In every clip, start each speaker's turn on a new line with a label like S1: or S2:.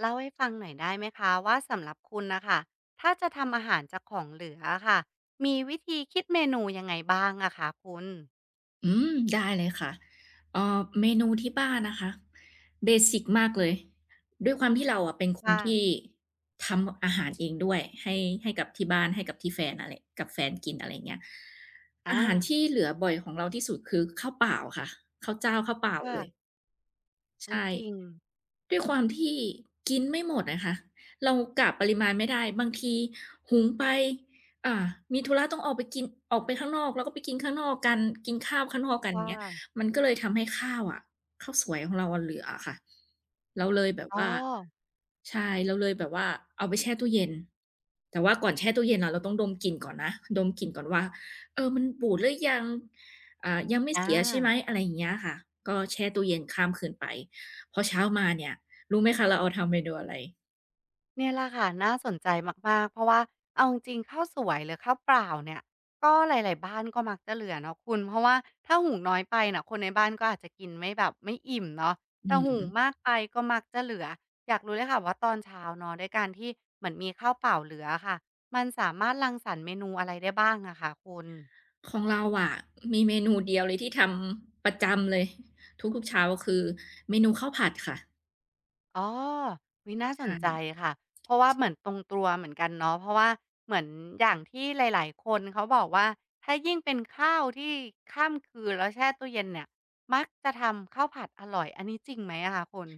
S1: เล่าให้ฟังหน่อยได้ไหมคะว่าสำหรับคุณนะคะถ้าจะทำอาหารจากของเหลืออะค่ะมีวิธีคิดเมนูยังไงบ้างอะคะคุณ
S2: อืมได้เลยค่ะเมนูที่บ้านนะคะเบสิกมากเลยด้วยความที่เราอะเป็นคน
S1: ค่ะ
S2: ที่ทำอาหารเองด้วยให้กับที่บ้านให้กับที่แฟนอะไรกับแฟนกินอะไรอย่างเงี้ยอาหาร
S1: อา
S2: ที่เหลือบ่อยของเราที่สุดคือข้าวเปล่าค่ะข้าวเจ้าข้าวเปล่าเลย
S1: ค่ะอุ๊ย
S2: ใช่
S1: จริง
S2: ด้วยความที่กินไม่หมดอะค่ะเรากะปริมาณไม่ได้บางทีหุงไปอ่ามีธุระต้องออกไปกินออกไปข้างนอกแล้วก็ไปกินข้างนอกกันกินข้าวข้างนอกกันอย่า
S1: ค่ะ
S2: งเงี้ยมันก็เลยทำให้ข้าวสวยของเราอะเหลืออะค่ะเราเลยแบบ
S1: อ๋อ
S2: ว่าใช่เราเลยแบบว่าเอาไปแช่ตู้เย็นแต่ว่าก่อนแช่ตู้เย็นอะเราต้องดมกลิ่นก่อนนะดมกลิ่นก่อนว่าเออมันบูดหรือยังยังไม่
S1: อา
S2: เสียใช่ไหมอะไรอย่างเงี้ยค่ะก็แช่ตู้เย็นข้ามคืนไป พอเช้ามาเนี่ยรู้ไหมคะเราเอาทำเมนูอะไร
S1: เนี่ยแหละค่ะน่าสนใจมากๆ เพราะว่าเอาจริงๆข้าวสวยหรือข้าวเปล่าเนี่ยก็หลายๆบ้านก็มักจะเหลือเนาะคุณเพราะว่าถ้าหุงน้อยไปน่ะคนในบ้านก็อาจจะกินไม่แบบไม่อิ่มเนาะแต่
S2: อื
S1: หุง
S2: ม
S1: มากไปก็มักจะเหลืออยากรู้เลยค่ะว่าตอนเช้าเนาะด้วยการที่เหมือนมีข้าวเปล่าเหลือค่ะมันสามารถรังสรรค์เมนูอะไรได้บ้างอะคะคุณ
S2: ของเราอะมีเมนูเดียวเลยที่ทำประจำเลยทุกๆเช้าคือเมนูข้าวผัดค่ะ
S1: อ๋อวุยน่าสน
S2: ใช่
S1: ใจค่ะ เพราะว่าเหมือนตรงตัวเหมือนกันเนาะเพราะว่าเหมือนอย่างที่หลายๆคนเขาบอกว่า ถ้ายิ่งเป็นข้าวที่ข้ามคืนแล้วแช่ตู้เย็นเนี่ยมักจะทำข้าวผัดอร่อยอันนี้จริงไหมอะคะคุณ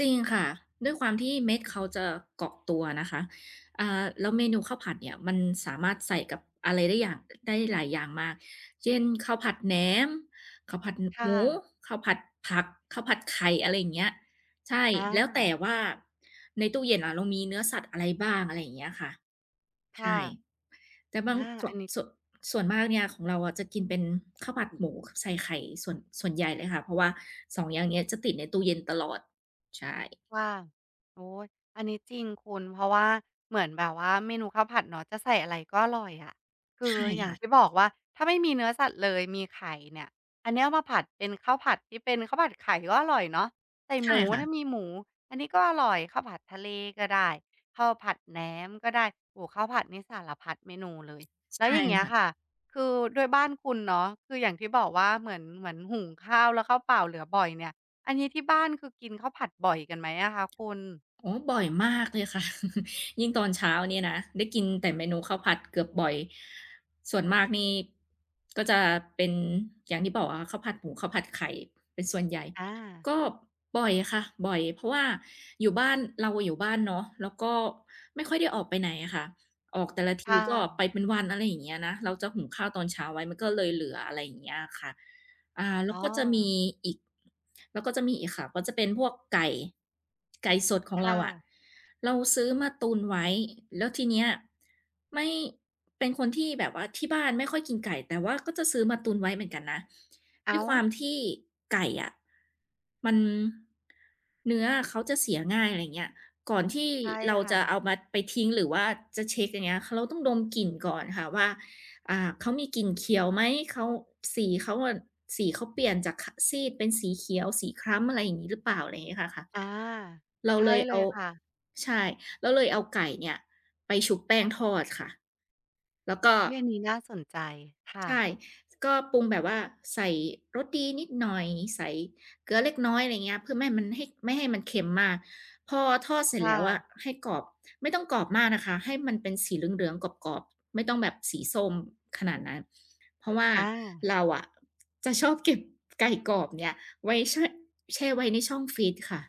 S2: จริงค่ะด้วยความที่เม็ดเขาจะเกาะตัวนะคะแล้วเมนูข้าวผัดเนี่ยมันสามารถใส่กับอะไรได้อย่างได้หลายอย่างมากเช่นข้าวผัดแหนมข้าวผัดห
S1: ค่ะ
S2: มูข้าวผัดผักข้าวผัดไข่อะไรอย่างเงี้ยใช่
S1: อ่า
S2: แล้วแต่ว่าในตู้เย็นอะเรามีเนื้อสัตว์อะไรบ้างอะไรอย่างเงี้ยค่ะใช่
S1: ค่ะ
S2: แต่บา
S1: อา
S2: งส่
S1: อั
S2: วน
S1: นนี้
S2: ส่วนส่วนมากเนี่ยของเราอะจะกินเป็นข้าวผัดหมูใส่ไข่ส่วนใหญ่เลยค่ะเพราะว่าสองอย่างเนี้ยจะติดในตู้เย็นตลอดใช่
S1: ว่าโอ้ยอันนี้จริงคุณ เพราะว่าเหมือนแบบว่าเมนูข้าวผัดเนาะจะใส่อะไรก็อร่อยอะคือ
S2: ใช่
S1: อย่าง
S2: ค่ะ
S1: ที่บอกว่าถ้าไม่มีเนื้อสัตว์เลยมีไข่เนี่ยอันเนี้ยเอามาผัดเป็นข้าวผัดที่เป็นข้าวผัดไข่ก็อร่อยเนาะใส่ห
S2: ใช่
S1: มู
S2: ค่ะ
S1: ถ้ามีหมูอันนี้ก็อร่อยข้าวผัดทะเลก็ได้ข้าวผัดแหนมก็ได้โอ้ข้าวผัดนี่สารพัดเมนูเลยแล้ว
S2: ใช่
S1: อย่างเงี้ย
S2: ค่ะ
S1: ค่ะคือโด้วยบ้านคุณเนาะคืออย่างที่บอกว่าเหมือนเหมือนหุงข้าวแล้วข้าวเปล่าเหลือบ่อยเนี่ย อันนี้ที่บ้านคือกินข้าวผัดบ่อยกันไหมอะคะคุณ
S2: โอ้บ่อยมากเลยค่ะ ยิ่งตอนเช้าเนี่ยนะได้กินแต่เมนูข้าวผัดเกือบบ่อยส่วนมากนี่ก็จะเป็นอย่างที่บอกอะ่ข้าวผัดหมูข้าวผัดไข่เป็นส่วนใหญ่
S1: อา
S2: ก็บ่อยค่ะบ่อยเพราะว่าอยู่บ้านเราอยู่บ้านเนาะแล้วก็ไม่ค่อยได้ออกไปไหนอะค่ะออกแต่ละ
S1: ค
S2: ทีก็ไป
S1: ่ะ
S2: เป็นวันอะไรอย่างเงี้ยนะเราจะหุงข้าวตอนเช้าไว้มันก็เลยเหลืออะไรอย่างเงี้ยค่ะ แล้
S1: อ๋
S2: ว
S1: อ
S2: ก็จะมีอีกแล้วก็จะมีอีกค่ะก็จะเป็นพวกไก่ไก่สดของ
S1: ค
S2: เราอะ
S1: ่ะ
S2: เราซื้อมาตุนไว้แล้วทีเนี้ยไม่เป็นคนที่แบบว่าที่บ้านไม่ค่อยกินไก่แต่ว่าก็จะซื้อมาตุนไว้เหมือนกันนะด้ว
S1: อ้า
S2: ย
S1: ว
S2: ความที่ไก่อะมันเนื้อเขาจะเสียง่ายอะไรเงี้ยก่อนที่
S1: ใช่
S2: เราจะเอา
S1: ค่ะ
S2: มาไปทิ้งหรือว่าจะเช็กอย่างเงี้ยเราต้องดมกลิ่นก่อนค่ะว่า เขามีกลิ่นเขียวไหมเขาสีเขาอะสีเขาเปลี่ยนจากขซีดเป็นสีเขียวสีคล้ำอะไรอย่างงี้หรือเปล่าอะไรอย่างเงี้ยค่ะค่ะ
S1: อา
S2: เรา
S1: ใช่
S2: เลย
S1: เล
S2: เอา
S1: ยค่ะ
S2: ใช่เราเลยเอาไก่เนี่ยไปชุบแป้งทอดค่ะแล้วก็
S1: อุ๊ยอันนี้น่าสนใจค่ะ
S2: ใช่ ก็ปรุงแบบว่าใส่รสดีนิดหน่อยใส่เกลือเล็กน้อยอะไรเงี้ยเพื่อไม่ให้มันเค็มมากพอทอดเสร็
S1: ค
S2: จแล้วอะ
S1: ่ะ
S2: ให้กรอบไม่ต้องกรอบมากนะคะให้มันเป็นสีเหลืองๆกรอบๆไม่ต้องแบบสีส้มขนาดนั้นเพราะว่า
S1: อา
S2: เราอะจะชอบเก็บไก่กรอบเนี่ยไว้ชแช่ไว้ในช่องฟรีซค่ะ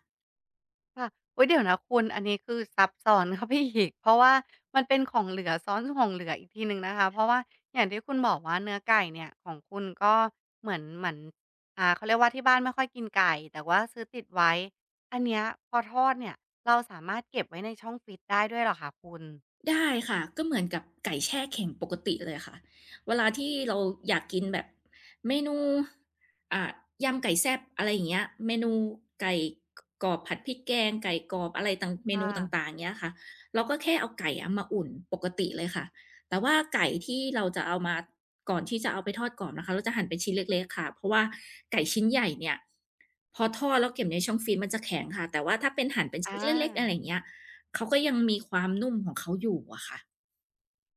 S1: ค่ะอุ๊ยเดี๋ยวนะคุณอันนี้คือซับซ้อน เข้าไปอีกเพราะว่ามันเป็นของเหลือซ้อนของเหลืออีกทีหนึ่งนะคะ เพราะว่าอย่างที่คุณบอกว่าเนื้อไก่เนี่ยของคุณก็เหมือนเหมือนเขาเรียกว่าที่บ้านไม่ค่อยกินไก่แต่ว่าซื้อติดไว้อันเนี้ยพอทอดเนี่ยเราสามารถเก็บไว้ในช่องฟรีซได้ด้วยเหรอคะคุณ
S2: ได้ค่ะก็เหมือนกับไก่แช่แข็งปกติเลยค่ะเวลาที่เราอยากกินแบบเมนูอ่ายำไก่แซ่บอะไรอย่างเงี้ยเมนูไก่กรอบผัดพริกแกงไก่กรอบอะไร
S1: ค่ะ
S2: ต่างๆเงี้ยค่ะเราก็แค่เอาไก่อะมาอุ่นปกติเลยค่ะแต่ว่าไก่ที่เราจะเอามาก่อนที่จะเอาไปทอดกรอบนะคะเราจะหั่นเป็นชิ้นเล็กๆค่ะเพราะว่าไก่ชิ้นใหญ่เนี่ยพอทอดแล้วเก็บในช่องฟรีซมันจะแข็งค่ะแต่ว่าถ้าเป็นหั่นเป็นชิ้น
S1: อา
S2: เล็กๆอะไรอย่างเงี้ย เขาก็ยังมีความนุ่มของเขาอยู่อะค่ะ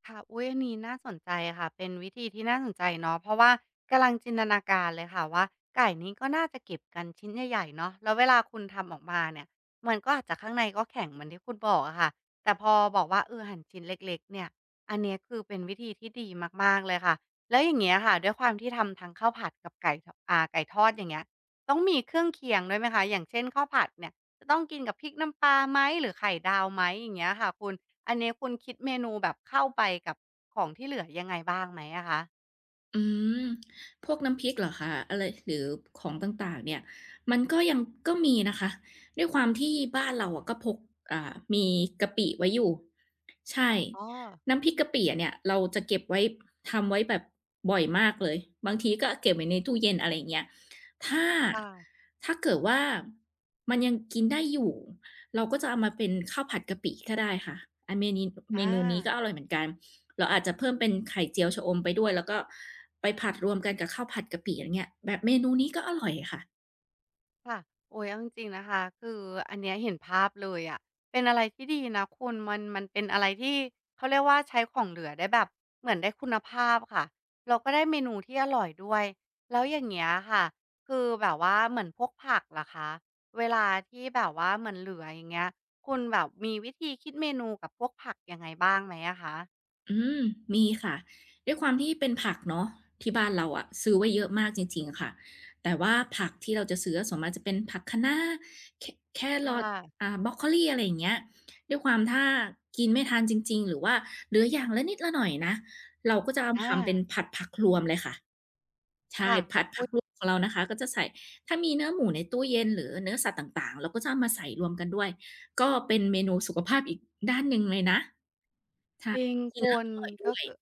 S1: ค่ะ อุ๊ยอันนี้น่าสนใจค่ะ เป็นวิธีที่น่าสนใจเนาะเพราะว่ากำลังจินตนาการเลยค่ะว่าไก่นี้ก็น่าจะเก็บกันชิ้นใหญ่ๆเนาะแล้วเวลาคุณทำออกมาเนี่ยมันก็อาจจะข้างในก็แข็งเหมือนที่คุณบอกอะค่ะแต่พอบอกว่าเออหั่นชิ้นเล็กๆเนี่ยอันเนี้ยคือเป็นวิธีที่ดีมากๆเลยค่ะแล้วอย่างเงี้ยค่ะด้วยความที่ทำทั้งข้าวผัดกับไก่ทอ่าไก่ทอดอย่างเงี้ยต้องมีเครื่องเคียงด้วยไหมคะอย่างเช่นข้าวผัดเนี่ยจะต้องกินกับพริกน้ำปลาไหมหรือไข่ดาวไหมอย่างเงี้ยค่ะคุณ อันนี้คุณคิดเมนูแบบเข้าไปกับของที่เหลือยังไงบ้างไหมอะคะ
S2: อืมพวกน้ำพริกเหรอคะอะไรหรือของต่างๆเนี่ยมันก็ยังก็มีนะคะด้วยความที่บ้านเราอะก็พกมีกะปิไว้อยู่ ใช่
S1: อ๋อ
S2: น้ำพริกกะปิอะเนี่ยเราจะเก็บไว้ทำไว้แบบบ่อยมากเลย บางทีก็เก็บไว้ในตู้เย็นอะไรอย่างเงี้ยถ้า
S1: ค่ะ
S2: ถ้าเกิดว่ามันยังกินได้อยู่ เราก็จะเอามาเป็นข้าวผัดกะปิก็ได้ค่ะอาเมนีเม
S1: อา
S2: นูนี้ก็อร่อยเหมือนกัน เราอาจจะเพิ่มเป็นไข่เจียวชะอมไปด้วยแล้วก็ไปผัดรวมกันกับข้าวผัดกะปิอย่างเงี้ยแบบเมนูนี้ก็อร่อยค่ะ
S1: ค่ะโอ๊ยเอาจริงๆนะคะคืออันเนี้ยเห็นภาพเลยอะเป็นอะไรที่ดีนะคุณมันเป็นอะไรที่เขาเรียกว่าใช้ของเหลือได้แบบเหมือนได้คุณภาพค่ะแล้วก็ได้เมนูที่อร่อยด้วยแล้วอย่างเงี้ยค่ะคือแบบว่าเหมือนพวกผักล่ะคะเวลาที่แบบว่าเหมือนเหลืออย่างเงี้ยคุณแบบมีวิธีคิดเมนูกับพวกผักยังไงบ้างไหมอะคะ
S2: อืมมีค่ะด้วยความที่เป็นผักเนาะที่บ้านเราอะซื้อไว้เยอะมากจริงๆค่ะแต่ว่าผักที่เราจะซื้อส่วนมากจะเป็นผักคะน้าแคแคร
S1: ค่
S2: อท
S1: ะ
S2: บรอกโคลีอะไรอย่างเงี้ยด้วยความถ้ากินไม่ทันจริงๆหรือว่าเหลืออย่างละนิดละหน่อยนะเราก็จะเอา
S1: อา
S2: ทำเป็นผัดผักรวมเลยค่ะ ใช่
S1: ค่ะ
S2: ผัดผักรวมของเรานะคะก็จะใส่ถ้ามีเนื้อหมูในตู้เย็นหรือเนื้อสัตว์ต่างๆเราก็จะเอามาใส่รวมกันด้วยก็เป็นเมนูสุขภาพอีกด้านหนึ่งเลยนะค่ะ
S1: จริง
S2: กินแล้
S1: คุ
S2: ว
S1: ณ
S2: อร่อยด้
S1: ก็
S2: วย
S1: คือ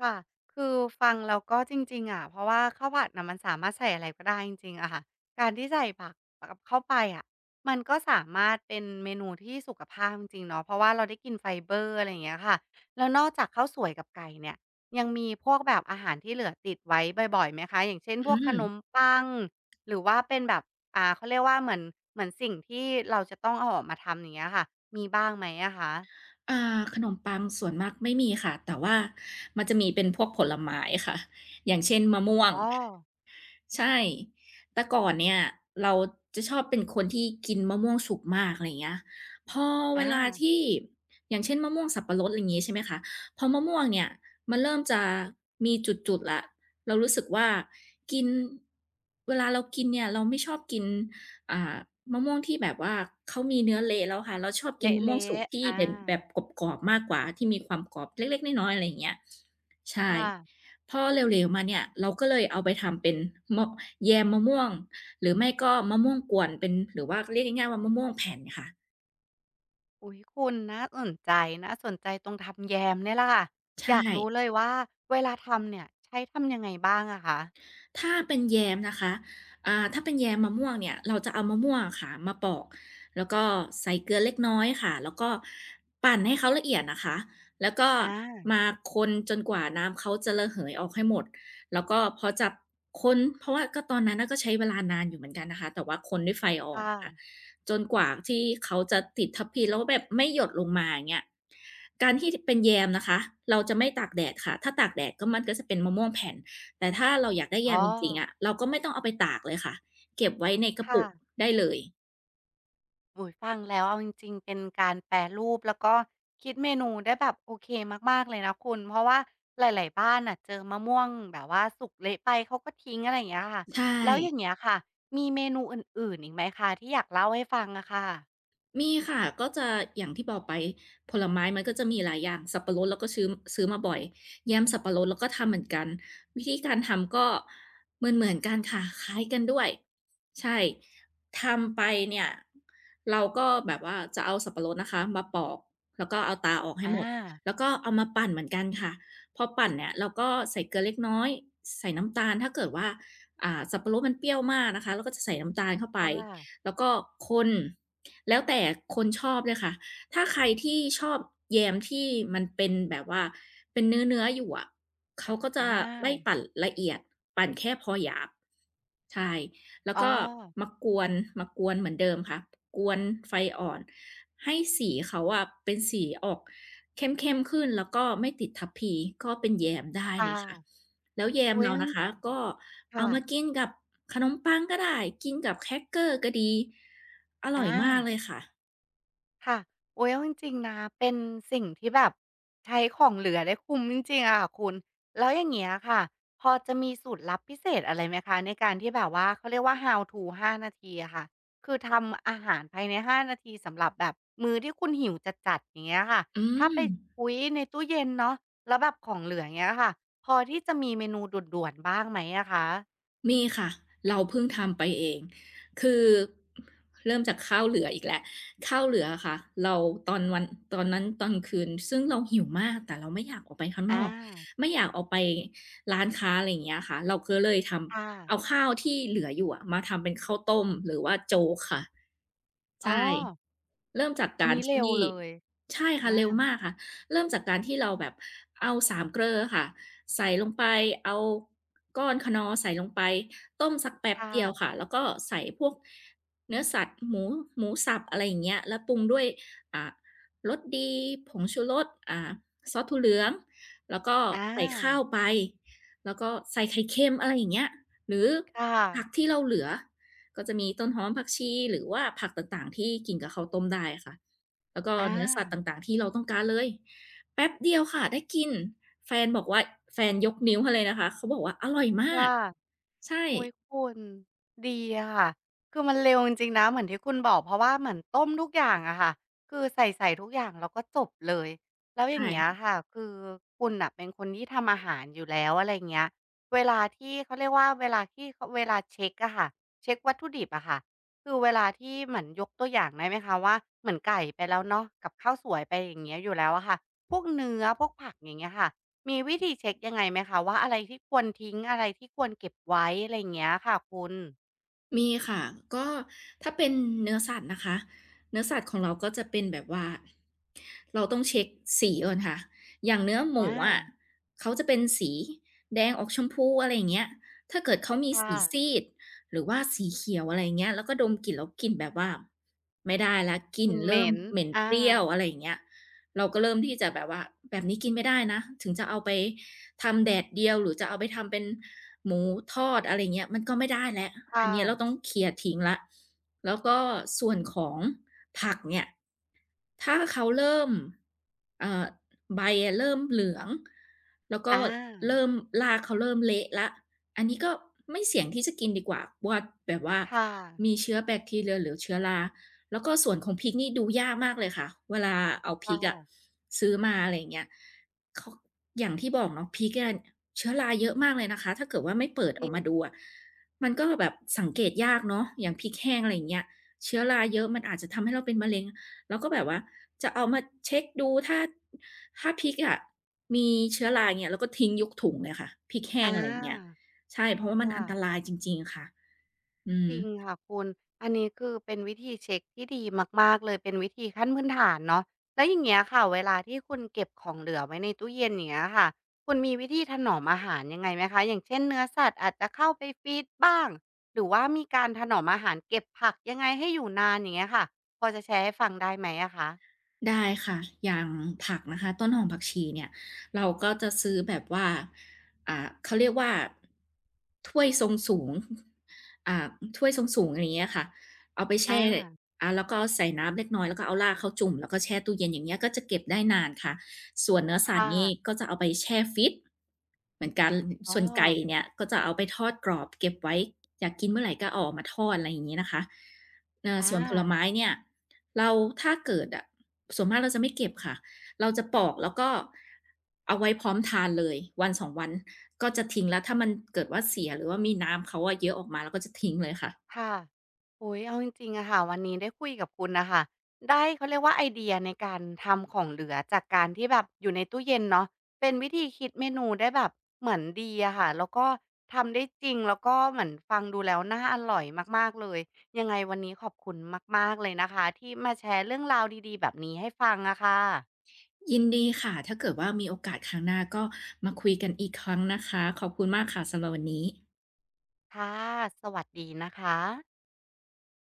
S1: ค่ะคือฟังแล้วก็จริงๆอะเพราะว่าข้าวผัดน่ะมันสามารถใส่อะไรก็ได้จริงๆอะค่ะการที่ใส่ผักกับเข้าไปอะมันก็สามารถเป็นเมนูที่สุขภาพจริงๆเนาะเพราะว่าเราได้กินไฟเบอร์อะไรอย่างเงี้ยค่ะแล้วนอกจากข้าวสวยกับไก่เนี่ยยังมีพวกแบบอาหารที่เหลือติดไว้บ่อยๆไหมคะอย่างเช่นพ
S2: อื
S1: วกขนม
S2: ม
S1: ปังหรือว่าเป็นแบบเขาเรียกว่าเหมือนเหมือนสิ่งที่เราจะต้องเอาออกมาทำอย่างเงี้ยค่ะมีบ้างไหมอะคะ
S2: อ่าขนมปังส่วนมากไม่มีค่ะแต่ว่ามันจะมีเป็นพวกผลไม้ค่ะอย่างเช่นมะม่วง
S1: อ๋อ
S2: ใช่ แต่ก่อนเนี่ยเราจะชอบเป็นคนที่กินมะม่วงสุกมากอะไรอย่างเงี้ยพอเว
S1: อา
S2: ลาที่อย่างเช่นมะม่วงสับปะรดอะไรอย่างงี้ใช่ไหมคะพอมะม่วงเนี่ยมันเริ่มจะมีจุดๆแล้วเรารู้สึกว่ากินเวลาเรากินเนี่ยเราไม่ชอบกินอ่ามะม่วงที่แบบว่าเขามีเนื้อเละแล้วค่ะเราชอบ
S1: เ
S2: กินมะม่วง
S1: ละ
S2: สุก
S1: ๆ
S2: ที่
S1: อา
S2: เป็นแบบกรอบๆมากกว่าที่มีความกรอบเล็กๆน้อยๆอะไรอย่างเงี้ย ใช่
S1: ค่ะ
S2: พอเหลวๆมาเนี่ยเราก็เลยเอาไปทำเป็นมะแยมมะม่วงหรือไม่ก็มะม่วงกวนเป็นหรือว่าเรียกง่ายๆว่ามะม่วงแผ่นค่ะ
S1: อุ๊ยคุณน่าสนใจน่าสนใจตรงทำแยมเนี่ยแหละค่ะอ
S2: ใช่
S1: ยากรู้เลยว่าเวลาทำเนี่ยใช้ทำยังไงบ้างอะคะ
S2: ถ้าเป็นแยมนะคะถ้าเป็นแยมมะม่วงเนี่ยเราจะเอามะม่วงอะค่ะมาปอกแล้วก็ใส่เกลือเล็กน้อยค่ะแล้วก็ปั่นให้เขาละเอียดนะคะแล้วก็
S1: อา
S2: มาคนจนกว่าน้ำเขาจะระเหยออกให้หมดแล้วก็พอจับคนเพราะว่าก็ตอนนั้นน่ะก็ใช้เวลานานอยู่เหมือนกันนะคะแต่ว่าคนด้วยไฟอ่
S1: ค
S2: อนค่ะ
S1: ่ะ
S2: จนกว่าที่เขาจะติดทัพพีแล้วแบบไม่หยดลงมาอย่างเงี้ยการที่เป็นแยมนะคะเราจะไม่ตากแดดค่ะถ้าตากแดดก็มันก็จะเป็นมะม่วงแผ่น แต่ถ้าเราอยากได้แย
S1: อ๋
S2: ม
S1: อ
S2: จริงๆอะเราก็ไม่ต้องเอาไปตากเลยค่ะเก็บไว้ในกระ
S1: ค่ะ
S2: ปุกได้เลย
S1: โอ้โฮฟังแล้วเอาจริงๆเป็นการแปรรูปแล้วก็คิดเมนูได้แบบโอเคมากๆเลยนะคุณเพราะว่าหลายๆบ้านน่ะเจอมะม่วงแบบว่าสุกเละไปเขาก็ทิ้งอะไรอย่างเงี้ยค่ะ
S2: ใช่
S1: แล้วอย่างเงี้ยค่ะมีเมนูอื่นๆอีกไหมคะที่อยากเล่าให้ฟังอะค่ะ
S2: มีค่ะก็จะอย่างที่บอกไปผลไม้มันก็จะมีหลายอย่างสับปะรดเราก็ซื้อมาบ่อยแยมสับปะรดเราก็ทำเหมือนกันวิธีการทำก็เหมือนๆกันค่ะคล้ายกันด้วยใช่ทำไปเนี่ยเราก็แบบว่าจะเอาสับปะรดนะคะมาปอกแล้วก็เอาตาออกให้
S1: อา
S2: หมดแล้วก็เอามาปั่นเหมือนกันค่ะพอปั่นเนี่ยเราก็ใส่เกลือเล็กน้อยใส่น้ำตาลถ้าเกิดว่าสับปะรดมันเปรี้ยวมากนะคะเราก็จะใส่น้ำตาลเข้าไป
S1: ค่ะ
S2: แล้วก็คนแล้วแต่คนชอบเลยค่ะถ้าใครที่ชอบแยมที่มันเป็นแบบว่าเป็นเนื้อๆอยู่อะเขาก็
S1: อ
S2: จะไม่
S1: า
S2: ปั่นละเอียดปั่นแค่พอหยาบใช่แล้ว
S1: อ๋อ
S2: ก็มากวนมากวนเหมือนเดิมค่ะกวนไฟอ่อนให้สีเขาอะเป็นสีออกเข้มๆขึ้นแล้วก็ไม่ติดทัพพีก็เป็นแยมได้เล
S1: ค่ะ
S2: ยค่ะ แล้วแยม
S1: อุ๊ย
S2: เรานะคะก็เอา
S1: ค่ะ
S2: มากินกับขนมปังก็ได้กินกับแครกเกอร์ก็ดีอร่อยมาก
S1: อา
S2: เลยค่ะ
S1: ค่ะอุ๊ยเอาจริงๆนะเป็นสิ่งที่แบบใช้ของเหลือได้คุ้มจริงๆอะค่ะคุณแล้วอย่างเงี้ยค่ะพอจะมีสูตรลับพิเศษอะไรไหมคะในการที่แบบว่าเขาเรียกว่า How to 5 นาทีอะค่ะคือทำอาหารภายในห้านาทีสำหรับแบบมื้อที่คุณหิวจัดๆอย่างเงี้ยค่ะ
S2: อื
S1: ถ้าไป
S2: ม
S1: คุ๊ยในตู้เย็นเนาะแล้วแบบของเหลืออย่างเงี้ยค่ะพอที่จะมีเมนูด่วนๆบ้างไหมอะคะ
S2: มีค่ะเราเพิ่งทำไปเองคือเริ่มจากข้าวเหลืออีกแล้วข้าวเหลืออะค่ะเราตอนวันตอนนั้นตอนคืนซึ่งเราหิวมากแต่เราไม่อยากออกไปข้างนอ
S1: อา
S2: กไม่อยากออกไปร้านค้าอะไรอย่างเงี้ยค่ะเราก็เลยท
S1: ค่ะ
S2: ำเอาข้าวที่เหลืออยู่อะมาทำเป็นข้าวต้มหรือว่าโจ๊กค่ะ
S1: อ๋อ
S2: ใช่เริ่มจาก
S1: อัน
S2: การ
S1: นี้เร็ว
S2: ที่
S1: เลย
S2: ใช่ค่ะเร็ว
S1: อา
S2: มากค่ะเริ่มจากการที่เราแบบเอาสามเกลอค่ะ ใส่ลงไปเอาก้อนคะนอร์ใส่ลงไป ต้มสักแป๊บ
S1: ค่ะ
S2: เดียวค่ะแล้วก็ใส่พวกเนื้อสัตว์หมูสับอะไรอย่างเงี้ยแล้วปรุงด้วยอ่ารสดี ผงชูรสซอสถั่วเหลืองแล้วก็
S1: อา
S2: ใส่ข้าวไปแล้วก็ใส่ไข่เค็มอะไรอย่างเงี้ยหรือ
S1: ค่ะ
S2: ผักที่เราเหลือ ก็จะมีต้นหอมผักชีหรือว่าผักต่างๆที่กินกับข้าวต้มได้อะค่ะ แล้วก็
S1: อา
S2: เนื้อสัตว์ต่างๆที่เราต้องการเลยแป๊บเดียวค่ะได้กินแฟนบอกว่าแฟนยกนิ้วให้เลยนะคะเขาบอกว่าอร่อยมาก
S1: ค่ะ
S2: ใช่
S1: อุ๊ยคุณดีอะค่ะคือมันเร็วจริงๆนะเหมือนที่คุณบอกเพราะว่าเหมือนต้มทุกอย่างอะค่ะคือใส่ทุกอย่างแล้วก็จบเลยแล้วอ
S2: ใช่
S1: ย่างเงี้ยค่ะคือคุณน่ะเป็นคนที่ทำอาหารอยู่แล้วอะไรอย่างเงี้ยเวลาที่เขาเรียกว่าเวลาที่เขาเวลาเช็กอะค่ะเช็กวัตถุดิบอะค่ะคือเวลาที่เหมือนยกตัวอย่างได้ไหมคะว่าเหมือนไก่ไปแล้วเนาะกับข้าวสวยไปอย่างเงี้ยอยู่แล้วอะค่ะพวกเนื้อพวกผักอย่างเงี้ยค่ะ มีวิธีเช็คยังไงไหมคะว่าอะไรที่ควรทิ้งอะไรที่ควรเก็บไว้อะไรอย่างเงี้ยค่ะคุณ
S2: มีค่ะก็ถ้าเป็นเนื้อสัตว์นะคะเนื้อสัตว์ของเราก็จะเป็นแบบว่าเราต้องเช็คสีก่อนค่ะอย่างเนื้อหมู
S1: อา
S2: อะเขาจะเป็นสีแดงออกชมพูอะไรอย่างเงี้ยถ้าเกิดเขามี
S1: ค่ะ
S2: สีซีดหรือว่าสีเขียวอะไรอย่างเงี้ยแล้วก็ดมกลิ่นแล้วกลิ่นแบบว่าไม่ได้แล้วก
S1: ก
S2: ลิ่น
S1: ลิ่นเห
S2: เริ่
S1: ม็
S2: ม
S1: น
S2: เหม็น
S1: อา
S2: เปรี้ยวอะไรอย่างเงี้ยเราก็เริ่มที่จะแบบว่าแบบนี้กินไม่ได้นะถึงจะเอาไปทำแดดเดียวหรือจะเอาไปทำเป็น หมูทอดอะไรเงี้ยมันก็ไม่ได้แล้วอัน
S1: ค่ะ
S2: เนี้ยเราต้องเคลียร์ทิ้งแล้วแล้วก็ส่วนของผักเนี่ย ถ้าเขาเริ่มเอ่อใบอะเริ่มเหลืองแล้วก็
S1: อา
S2: เริ่มรากเขาเริ่มเละแล้วอันนี้ก็ไม่เสี่ยงที่จะกินดีกว่าว่าแบบว่า
S1: ค่ะ
S2: มีเชื้อแบคทีเรียหรือเชื้อราแล้วก็ส่วนของพริกนี่ดูยากมากเลยค่ะเวลาเอาพ
S1: ค
S2: ริกอะ
S1: ่ะ
S2: ซื้อมาอะไรอย่างเงี้ยเขาอย่างที่บอกเนาะพริกอะเชื้อราเยอะมากเลยนะคะถ้าเกิดว่าไม่เปิด
S1: จ
S2: ออ
S1: ริ
S2: กมา
S1: ง
S2: ดูอะมันก็แบบสังเกตยากเนาะอย่างพริกแห้งอะไรอย่างเงี้ยเชื้อราเยอะมันอาจจะทำให้เราเป็นมะเร็ง แล้วก็แบบว่าจะเอามาเช็คดูถ้าพริกอะมีเชื้อรายเงี้ยเราก็ทิ้งยกถุงเลยค่ะพริกแห้
S1: อ
S2: งอะไรอย่างเงี้ย
S1: า
S2: ใช่เพราะว่ามันอันต
S1: ค่ะ
S2: รายจริงๆค่ะอืม
S1: จริงค่ะคุณ อันนี้คือเป็นวิธีเช็คที่ดีมากๆเลยเป็นวิธีขั้นพื้นฐานเนาะแล้วอย่างเงี้ยค่ะเวลาที่คุณเก็บของเหลือไว้ในตู้เย็นอย่างเงี้ยค่ะ คุณมีวิธีถนอมอาหารยังไงไหมคะ อย่างเช่นเนื้อสัตว์อาจจะเข้าไปฟรีซบ้าง หรือว่ามีการถนอมอาหารเก็บผักยังไงให้อยู่นานอย่างเงี้ยค่ะพอจะแชร์ให้ฟังได้ไหมอะคะ
S2: ได้ค่ะอย่างผักนะคะต้นหอมผักชีเนี่ยเราก็จะซื้อแบบว่าเขาเรียกว่าถ้วยทรงสูงอ่าถ้วยทรงสูงอะไรอย่างเงี้ยค่ะเอาไป
S1: อา
S2: แช่แล้วก็ใส่น้ำเล็กน้อยแล้วก็เอารากเขาจุ่มแล้วก็แช่ตู้เย็นอย่างเงี้ยก็จะเก็บได้นานค่ะ ส่วนเนื้อสัต
S1: ค่ะ
S2: ว์นี่ก็จะเอาไปแช่ฟิตเหมือนกัน
S1: อ๋อ
S2: ส่วนไก่เนี่ยก็จะเอาไปทอดกรอบเก็บไว้อยากกินเมื่อไหร่ก็เอาออกมาทอดอะไรอย่างงี้นะคะ
S1: อา
S2: ส่วนผลไม้เนี่ยเราถ้าเกิดอะส่วนมากเราจะไม่เก็บค่ะเราจะปอกแล้วก็เอาไว้พร้อมทานเลยวันสองวันก็จะทิ้งแล้วถ้ามันเกิดว่าเสียหรือว่ามีน้ำเขาอะเยอะออกมาเราก็จะทิ้งเลยค่ะ
S1: ค่ะโอ้ยเอาจริงๆอะค่ะวันนี้ได้คุยกับคุณนะคะได้เขาเรียกว่าไอเดียในการทำของเหลือจากการที่แบบอยู่ในตู้เย็นเนาะเป็นวิธีคิดเมนูได้แบบเหมือนดีอะค่ะแล้วก็ทำได้จริงแล้วก็เหมือนฟังดูแล้วน่าอร่อยมากๆเลยยังไงวันนี้ขอบคุณมากๆเลยนะคะที่มาแชร์เรื่องราวดีๆแบบนี้ให้ฟังอะค่ะ
S2: ยินดีค่ะถ้าเกิดว่ามีโอกาสครั้งหน้าก็มาคุยกันอีกครั้งนะคะขอบคุณมากค่ะสำหรับวันนี้
S1: ค่ะสวัสดีนะคะ